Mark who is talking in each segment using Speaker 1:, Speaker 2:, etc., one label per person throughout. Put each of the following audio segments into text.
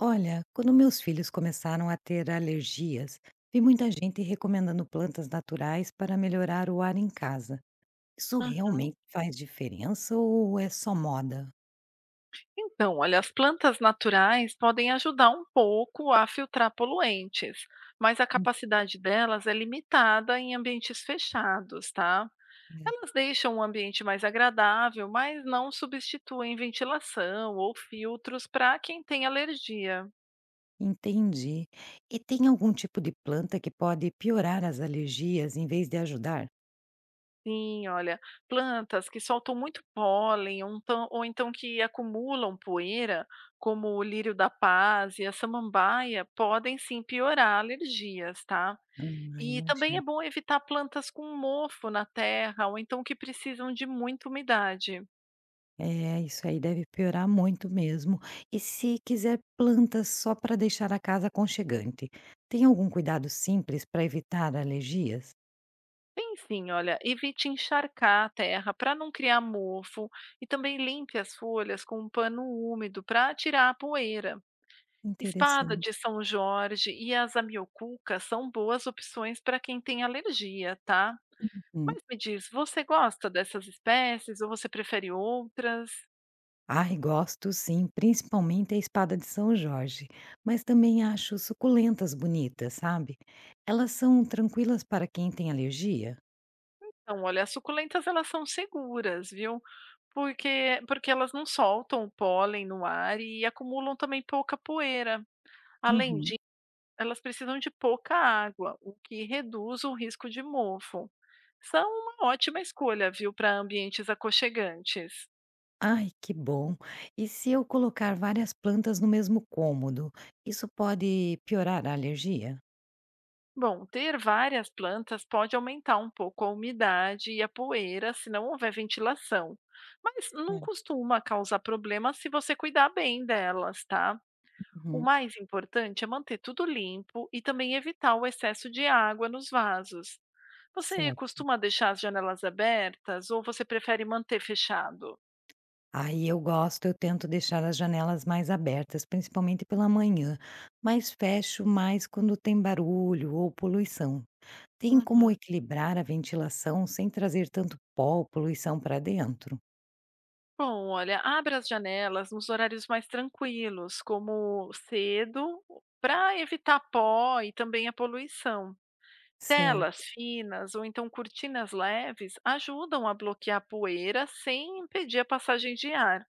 Speaker 1: Olha, quando meus filhos começaram a ter alergias, vi muita gente recomendando plantas naturais para melhorar o ar em casa. Isso
Speaker 2: Uhum.
Speaker 1: realmente faz diferença ou é só moda?
Speaker 2: Então, olha, as plantas naturais podem ajudar um pouco a filtrar poluentes, mas a capacidade delas é limitada em ambientes fechados, tá?
Speaker 1: Né?
Speaker 2: Elas deixam o ambiente mais agradável, mas não substituem ventilação ou filtros para quem tem alergia.
Speaker 1: Entendi. E tem algum tipo de planta que pode piorar as alergias em vez de ajudar?
Speaker 2: Sim, olha, plantas que soltam muito pólen ou então que acumulam poeira, como o lírio da paz e a samambaia, podem sim piorar alergias, tá?
Speaker 1: Ah,
Speaker 2: E também
Speaker 1: imagino.
Speaker 2: é bom evitar plantas com mofo na terra ou então que precisam de muita umidade.
Speaker 1: É, isso aí deve piorar muito mesmo. E se quiser plantas só para deixar a casa aconchegante, tem algum cuidado simples para evitar alergias?
Speaker 2: Tem sim, olha, evite encharcar a terra para não criar mofo e também limpe as folhas com um pano úmido para tirar a poeira. Espada
Speaker 1: Interessante.
Speaker 2: de São Jorge e as amiocuca são boas opções para quem tem alergia, tá?
Speaker 1: Hum.
Speaker 2: Mas me diz, você gosta dessas espécies ou você prefere outras?
Speaker 1: Ai, gosto sim, principalmente a espada de São Jorge, mas também acho suculentas bonitas, sabe? Elas são tranquilas para quem tem alergia?
Speaker 2: Então, olha, as suculentas elas são seguras, viu? Porque elas não soltam o pólen no ar e acumulam também pouca poeira. Além
Speaker 1: Uhum.
Speaker 2: disso, elas precisam de pouca água, o que reduz o risco de mofo. São uma ótima escolha, viu, para ambientes aconchegantes.
Speaker 1: Ai, que bom! E se eu colocar várias plantas no mesmo cômodo, isso pode piorar a alergia?
Speaker 2: Bom, ter várias plantas pode aumentar um pouco a umidade e a poeira se não houver ventilação, mas não
Speaker 1: É.
Speaker 2: costuma causar problema se você cuidar bem delas, tá? O
Speaker 1: Uhum.
Speaker 2: mais importante é manter tudo limpo e também evitar o excesso de água nos vasos. Você
Speaker 1: Certo.
Speaker 2: costuma deixar as janelas abertas ou você prefere manter fechado?
Speaker 1: Aí eu gosto, eu tento deixar as janelas mais abertas, principalmente pela manhã, mas fecho mais quando tem barulho ou poluição. Tem como
Speaker 2: Uhum.
Speaker 1: equilibrar a ventilação sem trazer tanto pó ou poluição para dentro?
Speaker 2: Bom, olha, abra as janelas nos horários mais tranquilos, como cedo, para evitar pó e também a poluição. Telas
Speaker 1: Certo.
Speaker 2: finas ou então cortinas leves ajudam a bloquear a poeira sem impedir a passagem de ar.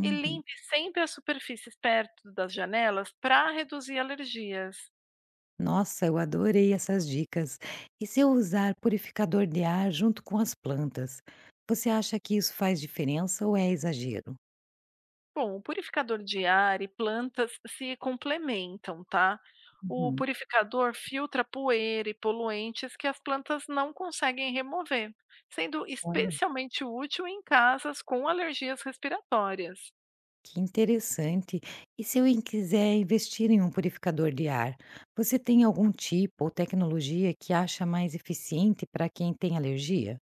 Speaker 2: E limpe sempre as superfícies perto das janelas para reduzir alergias.
Speaker 1: Nossa, eu adorei essas dicas. E se eu usar purificador de ar junto com as plantas, você acha que isso faz diferença ou é exagero?
Speaker 2: Bom, o purificador de ar e plantas se complementam, tá? O
Speaker 1: Uhum.
Speaker 2: purificador filtra poeira e poluentes que as plantas não conseguem remover, sendo
Speaker 1: Olha,
Speaker 2: especialmente útil em casas com alergias respiratórias.
Speaker 1: que interessante. E se eu quiser investir em um purificador de ar, você tem algum tipo ou tecnologia que acha mais eficiente para quem tem alergia?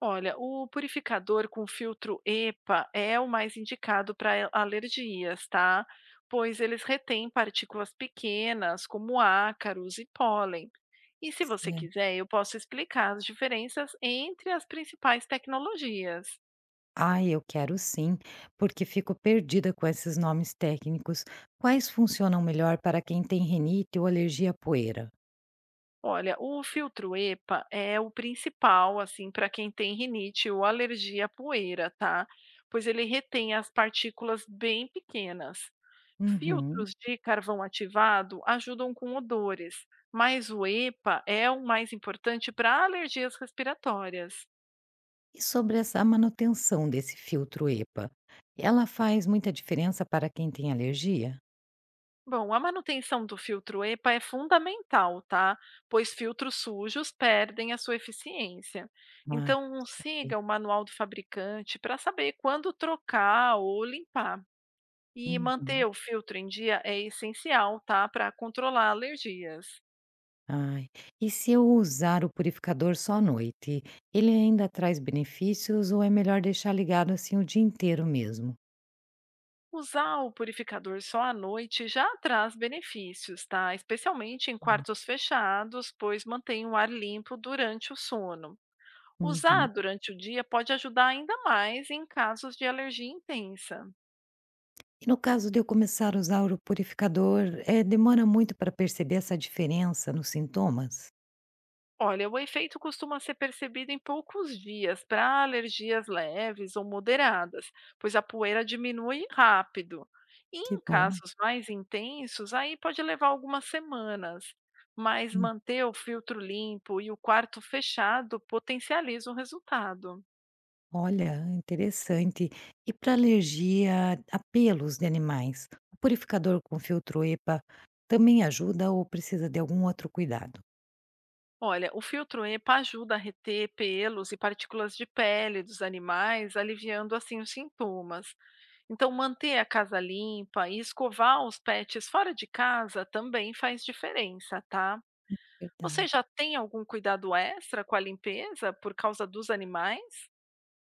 Speaker 2: Olha, o purificador com filtro EPA é o mais indicado para alergias, tá? Pois eles retêm partículas pequenas, como ácaros e pólen. E se você quiser, eu posso explicar as diferenças entre as principais tecnologias.
Speaker 1: Ai, eu quero sim, porque fico perdida com esses nomes técnicos. Quais funcionam melhor para quem tem rinite ou alergia à poeira?
Speaker 2: Olha, o filtro EPA é o principal, assim, para quem tem rinite ou alergia à poeira, tá? Pois ele retém as partículas bem pequenas.
Speaker 1: Uhum.
Speaker 2: Filtros de carvão ativado ajudam com odores, mas o EPA é o mais importante para alergias respiratórias.
Speaker 1: E sobre essa manutenção desse filtro EPA, ela faz muita diferença para quem tem alergia?
Speaker 2: Bom, a manutenção do filtro EPA é fundamental, tá? Pois filtros sujos perdem a sua eficiência.
Speaker 1: Ai, com
Speaker 2: Então, siga o
Speaker 1: certeza.
Speaker 2: manual do fabricante para saber quando trocar ou limpar. E manter
Speaker 1: Uhum.
Speaker 2: o filtro em dia é essencial, tá? Para controlar alergias.
Speaker 1: Ai, e se eu usar o purificador só à noite, ele ainda traz benefícios ou é melhor deixar ligado assim o dia inteiro mesmo?
Speaker 2: Usar o purificador só à noite já traz benefícios, tá? Especialmente em quartos fechados, pois mantém o ar limpo durante o sono. Usar
Speaker 1: Uhum.
Speaker 2: durante o dia pode ajudar ainda mais em casos de alergia intensa.
Speaker 1: E no caso de eu começar a usar o purificador, demora muito para perceber essa diferença nos sintomas?
Speaker 2: Olha, o efeito costuma ser percebido em poucos dias para alergias leves ou moderadas, pois a poeira diminui rápido. E em
Speaker 1: Que bom.
Speaker 2: casos mais intensos, aí pode levar algumas semanas. Mas
Speaker 1: Hum,
Speaker 2: manter o filtro limpo e o quarto fechado potencializa o resultado.
Speaker 1: olha, interessante. E para alergia a pelos de animais, o purificador com filtro EPA também ajuda ou precisa de algum outro cuidado?
Speaker 2: Olha, o filtro EPA ajuda a reter pelos e partículas de pele dos animais, aliviando assim os sintomas. Então, manter a casa limpa e escovar os pets fora de casa também faz diferença, tá? Você
Speaker 1: Verdade.
Speaker 2: já tem algum cuidado extra com a limpeza por causa dos animais?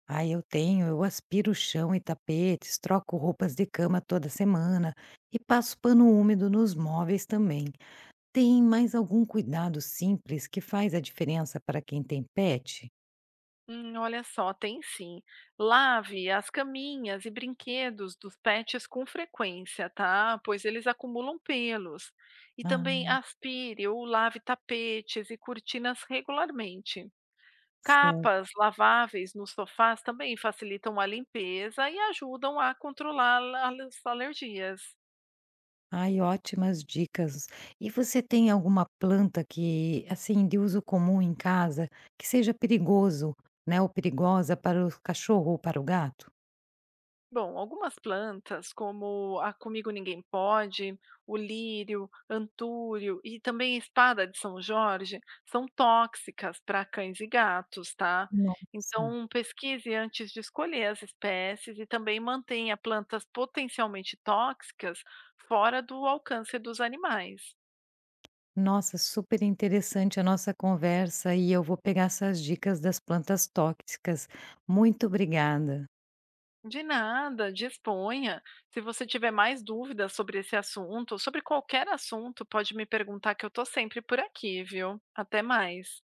Speaker 1: Ah, eu tenho, eu aspiro o chão e tapetes, troco roupas de cama toda semana e passo pano úmido nos móveis também. Tem mais algum cuidado simples que faz a diferença para quem tem pet?
Speaker 2: Olha só, tem sim. Lave as caminhas e brinquedos dos pets com frequência, tá? Pois eles acumulam pelos. E também
Speaker 1: Ah,
Speaker 2: aspire ou lave tapetes e cortinas regularmente.
Speaker 1: certo.
Speaker 2: Capas laváveis nos sofás também facilitam a limpeza e ajudam a controlar as alergias.
Speaker 1: Ai, ótimas dicas. E você tem alguma planta que, assim, de uso comum em casa, que seja perigoso, né, ou perigosa para o cachorro ou para o gato?
Speaker 2: Bom, algumas plantas, como a Comigo Ninguém Pode, o lírio, antúrio e também a espada de São Jorge, são tóxicas para cães e gatos, tá?
Speaker 1: Nossa,
Speaker 2: Então, pesquise antes de escolher as espécies e também mantenha plantas potencialmente tóxicas fora do alcance dos animais.
Speaker 1: nossa, super interessante a nossa conversa e eu vou pegar essas dicas das plantas tóxicas. Muito obrigada.
Speaker 2: De nada, disponha. Se você tiver mais dúvidas sobre esse assunto, ou sobre qualquer assunto, pode me perguntar que eu estou sempre por aqui, viu? Até mais.